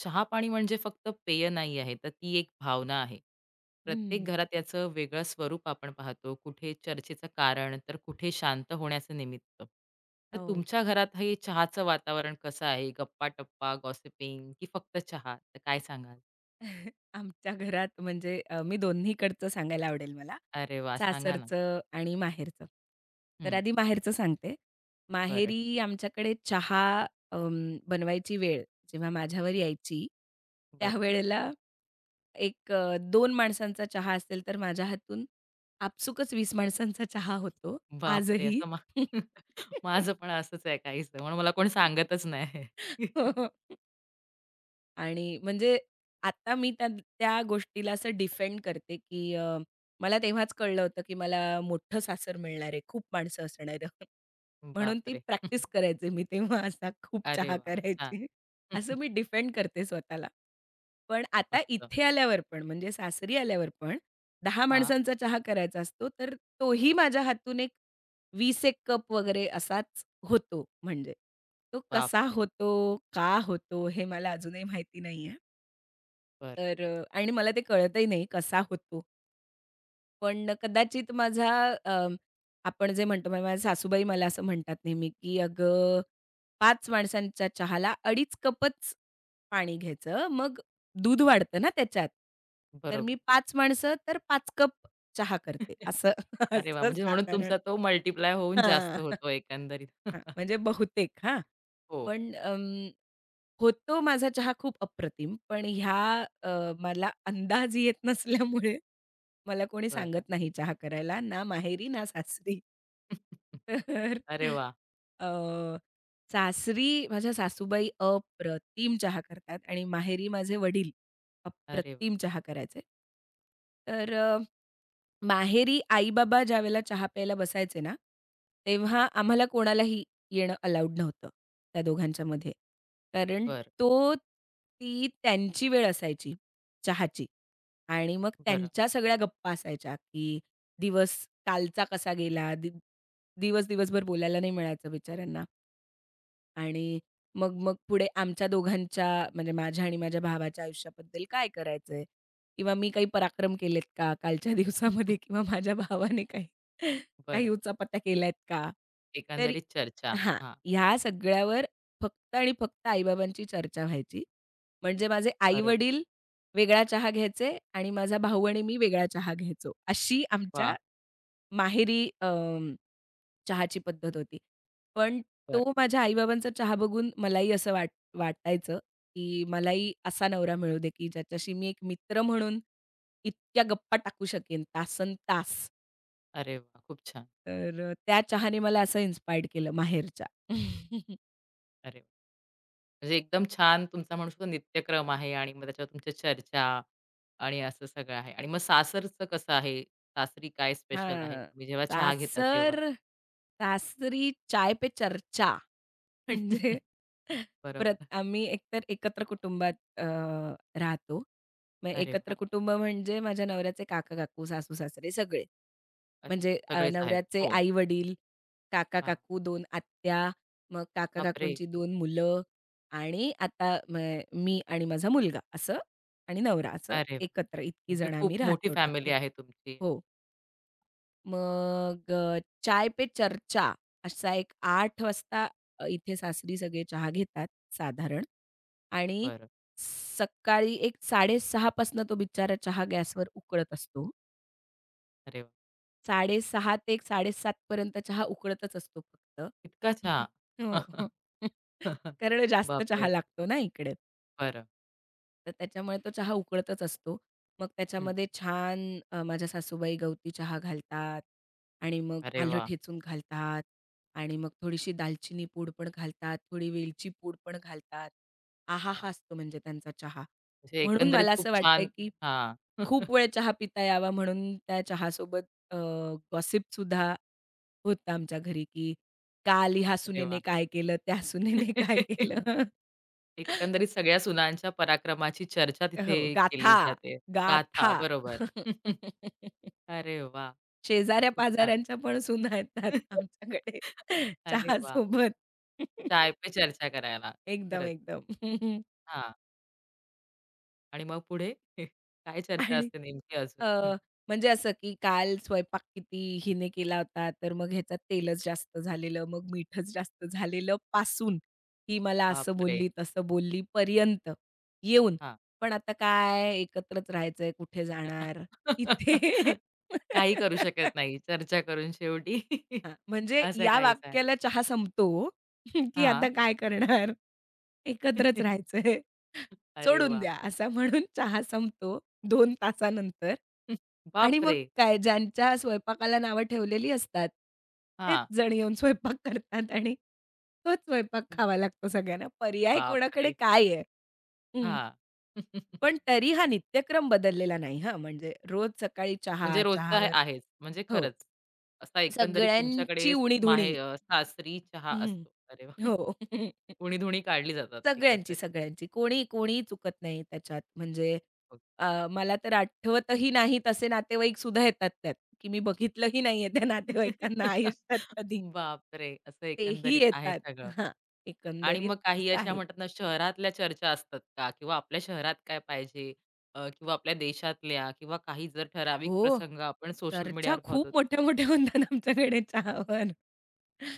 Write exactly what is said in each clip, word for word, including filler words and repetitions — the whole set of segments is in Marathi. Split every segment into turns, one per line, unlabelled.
चहा-पाणी म्हणजे फक्त पेय नाही आहे, तर ती एक भावना आहे. प्रत्येक
हं.
घरात याचं वेगळं स्वरूप आपण पाहतो. कुठे चर्चेचं कारण, तर कुठे शांत होण्याचं निमित्त. तर
हो.
तुमच्या घरात हे चहाचं वातावरण कसं आहे? गप्पा-टप्पा, गॉसिपिंग की फक्त चहा? तर काय सांगाल?
आमच्या घरात म्हणजे अ, मी दोन्हीकडचं सांगायला आवडेल मला.
अरे वाह! सांगा ना.
सासरचं आणि माहेरचं. तर
हं.
आधी माहेरचं सांगते.
बरं, ठीक-
माहेरी आमच्याकडे चहा अं, बनवायची वेळ जेव्हा माझ्यावर यायची,
बरं.
त्यावेळेला एक अ, दोन माणसांचा चहा असेल तर माझ्या हातून आपसुकच वीस माणसांचा चहा होतो
बापरे!
आजही.
असं मा माझं पण असंच आहे काहीसं. म्हणून मला कोण सांगतच नाही.
हो. आणि म्हणजे आता मी त्या त्या गोष्टीला असं डिफेंड करते, की अ, मला तेव्हाच कळलं होतं, की मला मोठं सासर मिळणार आहे, खूप माणसं असणार आहे. म्हणून ती
बापरे!
प्रॅक्टिस करायचे मी तेव्हा असा खूप
अरे
चहा
वाह! छान.
करायची. असं मी डिफेंड करते स्वतःला. पण आता
मस्त.
इथे आल्यावर पण म्हणजे सासरी आल्यावर पण दहा
हां.
माणसांचा चहा करायचा असतो, तर तोही माझ्या हातून एक वीस एक कप वगैरे असाच होतो म्हणजे. तो कसा
बापरे!
होतो, का होतो हे मला अजूनही माहिती नाहीये.
बरं,
तर अ, आणि मला ते कळतही नाही कसा होतो. पण कदाचित माझा अ, आपण जे म्हणतो म्हणजे माझ्या सासूबाई मला असं म्हणतात नेहमी, की "अगं पाच माणसांच्या चहाला अडीच कपच पाणी घ्यायचं, मग दूध वाढतं ना त्याच्यात." तर
बरोबर.
मी पाच माणसं तर पाच कप चहा करते असं
अरे वाह!
असं
म्हणजे म्हणून
साधारण
तुमचा तो मल्टिप्लाय होऊन जास्त
हां,
होतो एकंदरीत.
म्हणजे बहुतेक हां.
हो,
पण अं, होतो माझा चहा खूप अप्रतिम. पण ह्या अ, मला अंदाज येत नसल्यामुळे मला कोणी
बरं.
सांगत नाही चहा करायला, ना माहेरी ना सासरी. तर
अरे वाह!
अ, सासरी माझ्या सासूबाई अप्रतिम चहा करतात आणि माहेरी माझे वडील
अरे वाह!
अप्रतिम चहा करायचे. तर अ, माहेरी आई-बाबा ज्यावेळेला चहा प्यायला बसायचे ना, तेव्हा आम्हाला कोणालाही येणं अलाउड नव्हतं त्या दोघांच्यामध्ये. कारण
बरं,
तो ती त्यांची वेळ असायची चहाची. आणि मग
बरं,
त्यांच्या सगळ्या गप्पा असायच्या, की दिवस कालचा कसा गेला? दि दिवस दिवसभर बोलायला नाही मिळायचं बिचाऱ्यांना आणि मग मग पुढे आमच्या दोघांच्या म्हणजे माझ्या आणि माझ्या भावाच्या आयुष्याबद्दल काय करायचंय? किंवा मी काही पराक्रम केलेत का कालच्या दिवसामध्ये? किंवा माझ्या भावाने काही काही
बरं.
उचापत्या केल्यात का? तर
एकंदरीत चर्चा.
हां.
हां,
ह्या सगळ्यावर फक्त आणि फक्त आई चर्चा व्हायची. म्हणजे माझे
बरोबर.
आई-वडील वेगळा चहा घ्यायचे आणि माझा भाऊ आणि मी वेगळा चहा घ्यायचो. अशी आमच्या
वाह!
माहेरी अ, चहाची पद्धत होती. पण तो
बरं.
माझ्या आई-बाबांचा चहा बघून मलाही असं वाट वाटायचं, की मलाही असा नवरा मिळू दे, की ज्याच्याशी मी एक मित्र म्हणून इतक्या गप्पा टाकू शकेन तासनतास.
अरे वाह! खूप छान.
तर अ, त्या चहाने मला असं इन्स्पायर्ड केलं माहेरच्या.
अरे वाह! म्हणजे एकदम छान तुमचा म्हणू शकतो नित्यक्रम आहे आणि मग त्याच्यावर तुमच्या चर्चा आणि असं सगळं आहे. आणि मग सासरचं कसं आहे? सासरी काय स्पेशल आहे?
हां,
तुम्ही जेव्हा चहा घेता तेव्हा?
सासर सासरी चाय पे चर्चा म्हणजे परत
बरोबर.
आम्ही एकतर एकत्र कुटुंबात अ, राहतो. मग
अरे
एकत्र
वाह!
कुटुंब म्हणजे माझ्या नवऱ्याचे काका-काकू, सासू-सासरे सगळे.
अच्छा.
म्हणजे अ,
सगळेच आहेत.
नवऱ्याचे
हो.
आई-वडील,
हां.
काका-काकू, दोन आत्या, मग
बापरे!
काका-काकूंची दोन मुलं आणि आता म मी आणि माझा मुलगा असं आणि नवरा असं
अरे वाह!
एकत्र इतकी
म्हणजे
जण
खूप
आम्ही
मोठी
राहतो
फॅमिली
टचवूड.
आहे तुमची.
हो. मग अ, चाय पे चर्चा असा एक आठ वाजता अ, इथे सासरी सगळे चहा घेतात साधारण आणि
बरं.
सकाळी एक साडे सहा पासनं तो बिचारा चहा गॅसवर उकळत असतो.
अरे वाह!
साडे सहा ते एक साडे सात पर्यंत चहा उकळतच असतो फक्त.
इतका छान.
हो. कारण जास्त चहा
बापरे!
लागतो ना इकडे.
बरं.
तर त्याच्यामुळे तो चहा उकळतच असतो. मग
हं.
त्याच्यामध्ये छान अ, माझ्या सासूबाई गवती चहा घालतात आणि मग
अरे
आलं
वाह!
ठेचून घालतात आणि मग थोडीशी दालचिनी पूड पण घालतात, थोडी वेलची पूड पण घालतात. आहाहा!
वाह!
असतो म्हणजे त्यांचा चहा.
म्हणजे
म्हणून
एकंदरीत
मला
खूप
असं वाटतं,
छान
की
हां.
खूप वेळ चहा पिता यावा म्हणून त्या चहासोबत अ, गॉसिपसुद्धा होतं आमच्या घरी, की काल ह्या
अरे वाह!
सुनेने काय केलं, त्या सुनेने काय केलं.
एकंदरीत सगळ्या सुनांच्या पराक्रमाची चर्चा
हो,
तिथे केली
गाथा,
जाते. गाथा.
गाथा.
बरोबर. अरे वाह! खूप छान.
शेजाऱ्या-पाजाऱ्यांच्या पण सुना येतात आमच्याकडे
अरे वाह!
चहासोबत.
चाय पे चर्चा करायला.
एकदम,
खरंच.
एकदम.
हां. आणि मग पुढे? काय चर्चा
आणि
असते नेमकी अजून?
अ,
हं.
म्हणजे असं की काल स्वयंपाक किती हिने केला होता, तर मग ह्याच्यात तेलच जास्त झालेलं, मग मीठच जास्त झालेलं पासून ती मला असं
बापरे!
बोलली, तसं बोलली पर्यंत येऊन.
हां.
पण आता काय एकत्रच राहायचंय, कुठे
त्यांना.
जाणार? इथे
काही करू शकत नाही. चर्चा करून शेवटी
हां, म्हणजे
असं
या
काहीच आहे.
वाक्याला चहा संपतो, की आता
हां.
काय करणार? एकत्रच राहायचंय.
अरे
सोडून
वाह!
द्या असं म्हणून चहा संपतो दोन तासानंतर आणि मग
बापरे!
काय ज्यांच्या स्वयंपाकाला नावं ठेवलेली असतात, तेच
हां.
जण येऊन स्वयंपाक करतात आणि तोच स्वयंपाक खावा लागतो सगळ्यांना. पर्याय कोणाकडे
बापरे!
काय आहे? हं,
हां.
पण तरी हा नित्यक्रम बदललेला नाही हां, म्हणजे रोज सकाळी
म्हणजे
चहा,
रोजचा हे
चहावर
आहेच. म्हणजे
हो,
खरंच. असा एकंदरीत
सगळ्यांची
तुमच्याकडे स-
उणी-धुणी.
माहे अ, सासरी चहा असतो. अरे वाह!
हो.
उणी-धुणी काढली जातात
सगळ्यांची,
एकंदरीत.
सगळ्यांची. कोणी कोणीही चुकत नाही त्याच्यात. म्हणजे
हो.
अ, मला तर आठवतही नाहीत असे नातेवाईक सुद्धा येतात त्यात, की मी बघितलंही नाहीये त्या नातेवाईकांना आयुष्यात कधी.
बापरे! असं
तेही
एकंदरीत आहे
येतात.
सगळं.
हां,
आणि
एकंदरीत
मग काही
असं
अशा
आहे.
म्हणतात ना, शहरातल्या चर्चा असतात का? किंवा आपल्या शहरात काय पाहिजे? अ, किंवा आपल्या देशातल्या किंवा काही जर ठराविक
हो.
प्रसंग आपण सोशल
चर्चा
मीडियावर पाहतो.
खूप मोठ्या-मोठ्या होतात आमच्याकडे चहावर.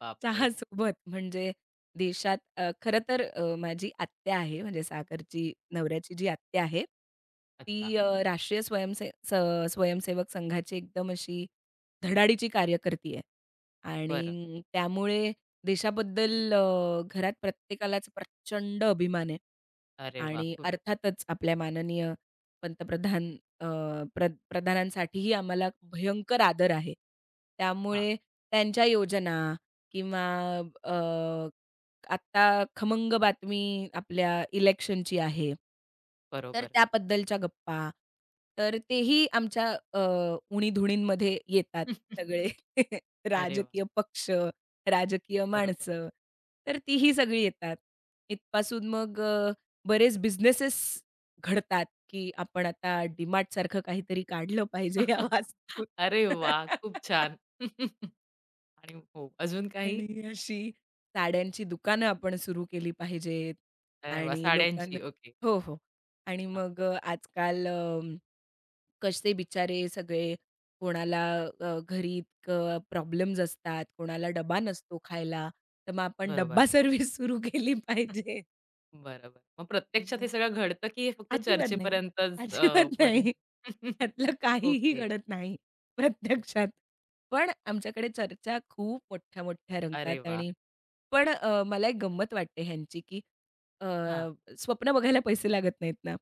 बापरे!
चहासोबत म्हणजे देशात अ, खरं तर अ, माझी आत्या आहे म्हणजे सागरची नवऱ्याची जी आत्या आहे,
अच्छा.
ती अ, राष्ट्रीय स्वयंसे स स्वयंसेवक संघाची एकदम अशी धडाडीची कार्यकर्ती आहे.
बरं.
आणि त्यामुळे देशाबद्दल अ, घरात प्रत्येकालाच प्रचंड अभिमान आहे.
अरे वाह!
आणि
खूप छान.
अर्थातच आपल्या माननीय पंतप्रधान अ, प्र प्रधानांसाठीही आम्हाला भयंकर आदर आहे.
हां,
त्यामुळे त्यांच्या योजना किंवा अ, आत्ता खमंग बातमी आपल्या इलेक्शनची आहे. तर
बरोबर.
त्याबद्दलच्या गप्पा, तर तेही आमच्या अ, उणीधुणींमध्ये येतात सगळे.
अरे वाह!
राजकीय पक्ष, राजकीय
बरोबर.
माणसं, तर तीही सगळी येतात. इथपासून मग अ, बरेच बिझनेसेस घडतात, की आपण आता DMartसारखं काहीतरी काढलं पाहिजे या वास्तूत.
अरे वा, खूप छान. आणि हो, अजून काही?
आणि अशी साड्यांची दुकानं आपण सुरू केली पाहिजेत
अरे वाह!
आणि लोकांना
साड्यांची. ओके.
हो, हो. आणि
हां,
मग अ, आजकाल अ, कसे बिचारे सगळे कोणाला अ, घरी इतकं प्रॉब्लेम्स असतात, कोणाला डबा नसतो खायला, तर मग आपण
बरोबर.
डब्बा सर्व्हिस सुरू केली पाहिजे.
बरोबर. मग प्रत्यक्षात हे
मग
सगळं घडतं, की हे फक्त
अजिबात नाही.
चर्चेपर्यंतच अ,
अजिबात
मर्या
नाही. त्यातलं काहीही
ओके,
घडत नाही
ओके.
प्रत्यक्षात. पण आमच्याकडे चर्चा खूप मोठ्या-मोठ्या
अरे
रंगतात
वाह!
आणि पण अ, मला एक गंमत वाटते ह्यांची, की अ,
हां,
स्वप्न बघायला पैसे लागत नाहीत ना,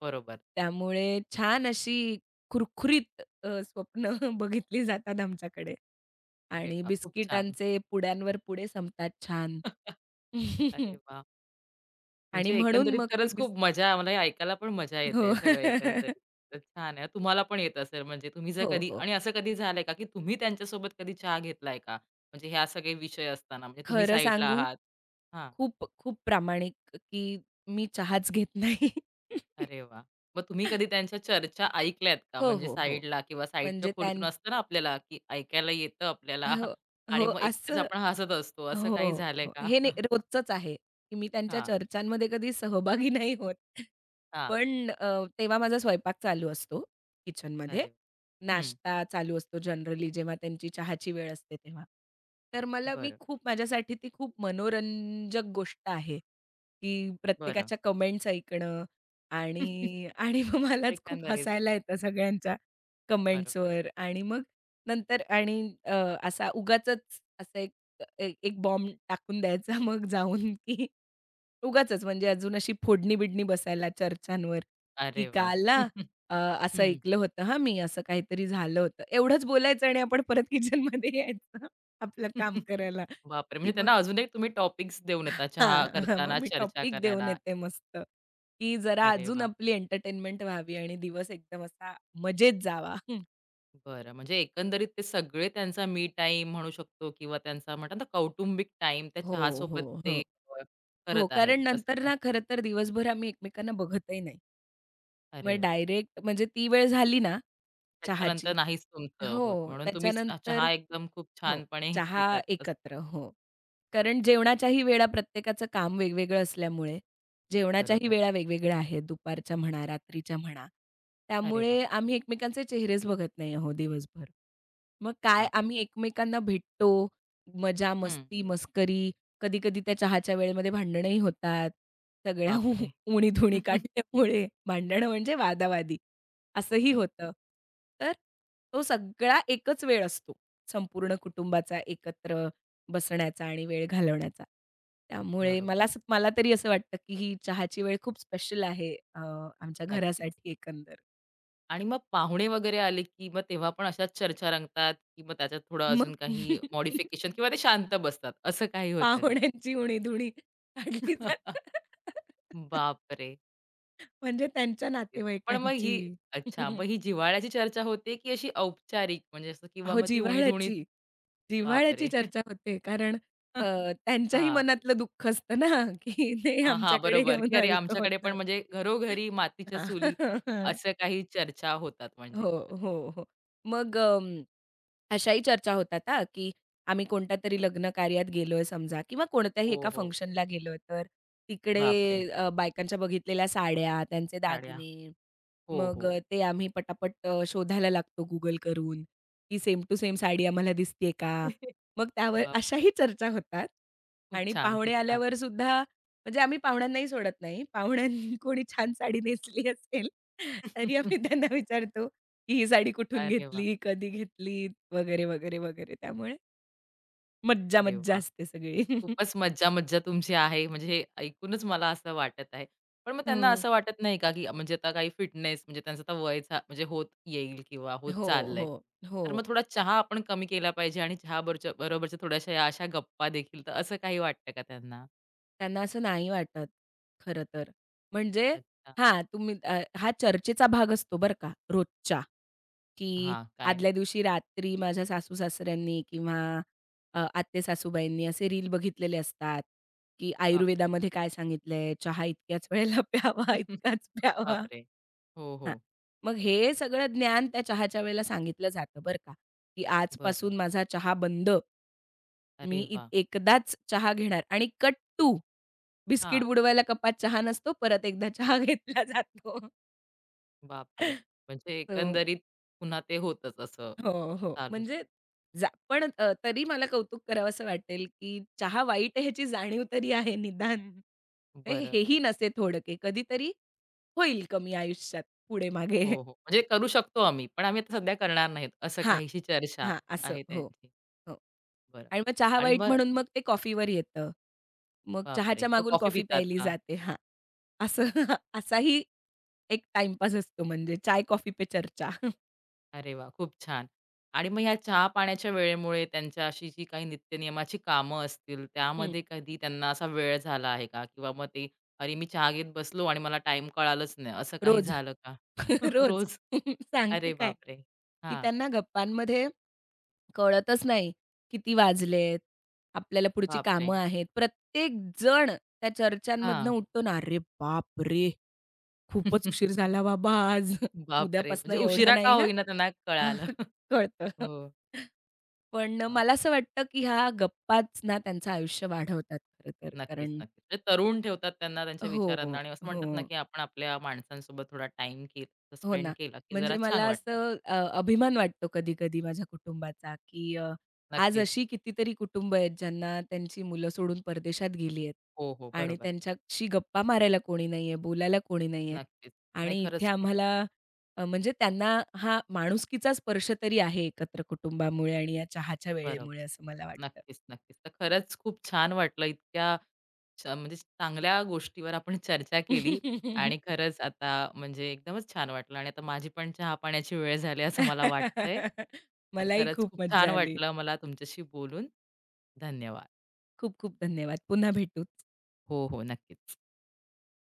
बरोबर.
त्यामुळे छान अशी खुरखुरीत अ, स्वप्न बघितली जातात आमच्याकडे
अरे
आणि
वाह! खूप छान.
बिस्किटांचे पुड्यांवर पुडे संपतात छान.
अरे वाह!
आणि
म्हणजे
म्हणून
एकंदरीत
मग ती
खरंच
बिस
खूप मजा मला हे ऐकायला पण मजा येते
हो.
आहे सगळं एकंदरीत. तर छान आहे. तुम्हाला पण येत असेल म्हणजे तुम्ही जर
हो,
कधी
हो.
आणि असं कधी झालंय का, की तुम्ही त्यांच्यासोबत कधी चहा घेतलाय का? म्हणजे ह्या सगळे विषय असताना म्हणजे तुम्ही
खरं
साइडला
सांगू
आहात हां,
खूप, खूप प्रामाणिक की मी चहाच घेत नाही.
अरे वाह! मग तुम्ही कधी त्यांच्या चर्चा ऐकल्यात का?
हो,
म्हणजे
हो, हो.
साइडला किंवा साइडच्या
म्हणजे त्यां
खोलीतून असतं ना आपल्याला, की ऐकायला येतं आपल्याला
हो, हो,
आणि मग एकटेच
असं
आपण हसत असतो. असं
हो,
काही झालंय
हो.
का?
हे नाही रोजचंच आहे, की मी त्यांच्या
हां,
चर्चांमध्ये कधी सहभागी नाही होत.
हां.
पण अ, तेव्हा माझा स्वयंपाक चालू असतो किचनमध्ये.
अरे वा. हं.
नाश्ता चालू असतो जनरली जेव्हा त्यांची चहाची वेळ असते तेव्हा. तर मला मी
बरं,
खूप माझ्यासाठी ती खूप मनोरंजक गोष्ट आहे, की
बरं.
प्रत्येकाच्या कमेंट्स ऐकणं आणि आणि मग मलाच खूप
एकंदरीत
हसायला येतं सगळ्यांच्या
बरोबर.
कमेंट्सवर आणि मग नंतर आणि अ, असा उगाचच असं ए एक बॉम्ब टाकून द्यायचा मग जाऊन की उगाचच म्हणजे अजून अशी फोडणी-बिडणी बसायला चर्चांवर, की
अरे वाह!
"काल ना अ, असं
हं.
ऐकलं होतं हां मी, असं काहीतरी झालं होतं." एवढंच बोलायचं आणि आपण परत किचनमध्ये यायचं आपलं काम करायला,
बापरे!
की
म्हणजे
मग
त्यांना अजून एक तुम्ही टॉपिक्स देऊन येता चहा
हां, हां, मग
करताना
मी
चर्चा
टॉपिक देऊन
करायला.
येते मस्त, की जरा
अरे
अजून
वाह!
आपली एंटरटेनमेंट व्हावी आणि दिवस एकदम असा मजेत जावा. हं.
बरं. म्हणजे एकंदरीत ते सगळे त्यांचा मी टाईम म्हणू शकतो किंवा त्यांचा म्हणतात ना कौटुंबिक टाईम त्या
हो, हो,
चहासोबत ते
हो.
अ,
हो,
करत आहेत
कारण
असं
नंतर
काय?
ना खरं तर दिवसभर आम्ही एकमेकांना बघतही नाही. मग
अरे वाह!
डायरेक्ट म्हणजे ती वेळ झाली ना
त्याच्यानंतर
चहाची
नाहीच तुमचं
हो,
होत म्हणून तुम्ही स-
त्याच्यानंतर
चहा एकदम खूप
हो,
छानपणे
चहा
पितात असं.
एकत्र. हो. कारण जेवणाच्याही वेळा प्रत्येकाचं काम वेगवेगळं असल्यामुळे जेवणाच्याही
बरोबर.
वेळा वेगवेगळ्या आहेत, दुपारच्या म्हणा, रात्रीच्या म्हणा.
अरे वाह!
त्यामुळे आम्ही एकमेकांचे चेहरेच बघत नाही आहोत दिवसभर. मग काय
बापरे!
आम्ही एकमेकांना भेटतो, मजा,
हं.
मस्ती, मस्करी कधी-कधी त्या चहाच्या वेळेमध्ये भांडणंही होतात. सगळ्या उ
बापरे!
उणी-धुणी काढल्यामुळे भांडणं म्हणजे वादावादी असंही
ओके.
होतं. तर तो सगळा एकच वेळ असतो संपूर्ण कुटुंबाचा एकत्र बसण्याचा आणि वेळ घालवण्याचा. त्यामुळे
बरोबर.
मला असं मला तरी असं वाटतं, की ही चहाची वेळ खूप स्पेशल आहे अ, आमच्या
नक्कीच.
घरासाठी एकंदर.
आणि मग पाहुणे वगैरे आले, की मग तेव्हा पण अशाच चर्चा रंगतात, की मग त्याच्यात थोडं
मग
अजून काही मॉडिफिकेशन किंवा ते शांत बसतात, असं काही होतं का?
पाहुण्यांची उणी-धुणी काढली जाते.
बापरे!
म्हणजे त्यांच्या
पण मग ही
नातेवाईकांची.
अच्छा, मग ही जिव्हाळ्याची चर्चा होते, की अशी औपचारिक म्हणजे असं किंवा
अहो,
मग ती उणी-धुणी
जिव्हाळ्याची. जिव्हाळ्याची
बापरे!
चर्चा होते. कारण अ, त्यांच्याही
हां.
मनातलं दुःख असतं ना, की ते
हां, हां.
आमच्याकडे
बरोबर, की
येऊन
अरे
हलकं
आमच्याकडे पण
होतं.
म्हणजे घरोघरी मातीच्या
हां.
चुली असं काही चर्चा होतात म्हणजे.
हो, हो, हो. मग अं अशाही चर्चा होतात हां, की आम्ही कोणत्यातरी लग्न कार्यात गेलोय समजा किंवा कोणत्याही
हो,
एका
हो.
फंक्शनला गेलोय तर तिकडे
बापरे!
अ, बायकांच्या बघितलेल्या साड्या, त्यांचे
साड्या.
दागिने,
हो,
मग
हो.
अ, ते आम्ही पटापट अ, शोधायला लागतो Google करून, की सेम टू सेम साडी आम्हाला दिसतीये का? मग त्यावर
बापरे!
अशाही चर्चा होतात
खूप
आणि
छान,
पाहुणे
खूप छान.
आल्यावर सुद्धा म्हणजे आम्ही पाहुण्यांनाही सोडत नाही. पाहुण्यांनी कोणी छान साडी नेसली असेल, तरी आम्ही त्यांना विचारतो की ही साडी कुठून
अरे वाह!
घेतली, कधी घेतली वगैरे, वगैरे, वगैरे. त्यामुळे मज्जा,
अरे
मज्जा
वाह!
असते सगळी.
खूपच मज्जा-मज्जा तुमची आहे. म्हणजे हे ऐकूनच मला असं वाटत आहे. पण मग त्यांना
हो.
असं वाटत नाही का, की म्हणजे आता काही फिटनेस म्हणजे त्यांचं आता वय झा म्हणजे होत येईल किंवा होत
हो,
चाललंय.
हो, हो.
तर मग थोडा चहा आपण कमी केला पाहिजे आणि चहा बरोच्या बरोबरच्या थोड्याशा या अशा गप्पा देखील, तर असं काही वाटतं का त्यांना?
त्यांना असं नाही वाटत खरं तर. म्हणजे
अच्छा.
हां, तुम्ही अ, हा चर्चेचा भाग असतो बरं का रोजच्या, की
हां, काय?
आदल्या दिवशी रात्री माझ्या सासू-सासऱ्यांनी किंवा अ, आत्ते-सासूबाईंनी असे रील बघितलेले असतात, की
बापरे!
आयुर्वेदामध्ये काय सांगितलंय, चहा इतक्याच वेळेला प्यावा, इतकाच प्यावा.
बापरे! हो,
हां.
हो.
मग हे सगळं ज्ञान त्या चहाच्या वेळेला सांगितलं जातं बरं का, की
बरं.
आजपासून माझा चहा बंद. मी
अरे
इ
वाह!
एकदाच चहा घेणार आणि कट टू बिस्किट
हां.
बुडवायला कपात चहा नसतो. परत एकदा चहा घेतला जातो.
बापरे! म्हणजे
सो
एकंदरीत पुन्हा ते होतंच असं
हो, हो.
चालूच.
म्हणजे जा पण अ, तरी मला कौतुक करावंसं वाटेल, की चहा वाईट आहे ह्याची जाणीव तरी आहे निदान. हे
बरं.
हेही नसे थोडके. कधीतरी होईल कमी आयुष्यात पुढे-मागे.
हो, हो. म्हणजे करू शकतो आम्ही, पण आम्ही आता सध्या करणार नाहीत, असं
हां.
काहीशी चर्चा
हां, असं.
आहे
हो,
त्यांची.
हो.
बरं
आणि मग चहा
आणि
वाईट
मग
म्हणून मग ते कॉफीवर येतं. मग
बापरे!
चहाच्या
मग
मागून
कॉफी
कॉफी
पितात
प्यायली
का?
जाते. हां, असं असाही एक टाईमपास असतो म्हणजे चाय कॉफी पे चर्चा.
अरे वा, खूप छान. आणि मग ह्या चहा-पाण्याच्या वेळेमुळे त्यांच्या अशी जी काही नित्यनियमाची कामं असतील,
हं,
त्यामध्ये कधी त्यांना असा वेळ झाला आहे का? किंवा मग ते, "अरे, मी चहा घेत बसलो आणि मला टाईम कळालंच नाही," असं काही
रोज,
झालं का?
रोज.
रोज?
सांगते
अरे
काय,
बापरे!
की
हां.
त्यांना गप्पांमध्ये कळतच नाही किती वाजलेत, आपल्याला पुढची
बापरे!
कामं आहेत. प्रत्येक जण त्या चर्चांमधनं
हां.
उठतो ना, "अरे बापरे!" खूपच उशीर झाला बाबा आज.
बापरे!
उद्यापासनं
म्हणजे
एवढ्या
उशिरा का
नाही हां.
होईना त्यांना कळालं.
कळतं.
हो.
पण अ,
बाप
मला असं वाटतं, की ह्या गप्पाच ना त्यांचं आयुष्य वाढवतात खरं तर.
नक्कीच,
कारण
नक्कीच. म्हणजे तरुण ठेवतात त्यांना त्यांच्या
हो,
विचारांना आणि असं
हो.
म्हणतात ना, की आपण आपल्या माणसांसोबत थोडा टाईम के
हो
स्पेंड
ना.
केला, की जरा
म्हणजे
छान
मला
वाटतं.
असं अ, अभिमान वाटतो कधी-कधी माझ्या कुटुंबाचा, की अ, आज
नक्कीच.
अशी कितीतरी कुटुंबं आहेत ज्यांना त्यांची मुलं सोडून परदेशात गेली आहेत
हो, हो.
आणि
बरोबर.
त्यांच्याशी गप्पा मारायला कोणी नाहीये, बोलायला कोणी नाहीये
नक्कीच. नाही
आणि इथे
खरंच खूप
आम्हाला अ, म्हणजे त्यांना हा माणुसकीचा स्पर्श तरी आहे एकत्र कुटुंबामुळे आणि या चहाच्या
बरोबर.
वेळेमुळे असं मला वाटतं.
नक्कीच, नक्कीच. तर खरंच खूप छान वाटलं इतक्या छ म्हणजे चांगल्या गोष्टीवर आपण चर्चा केली आणि खरंच आता म्हणजे एकदमच छान वाटलं आणि आता माझी पण चहा-पाण्याची वेळ झाली असं मला वाटतंय. तर
मलाही
खरंच
खूप
खूप छान
मज्जा आली.
वाटलं मला तुमच्याशी बोलून. धन्यवाद.
खूप खूप धन्यवाद. पुन्हा भेटूच.
हो, हो. नक्कीच.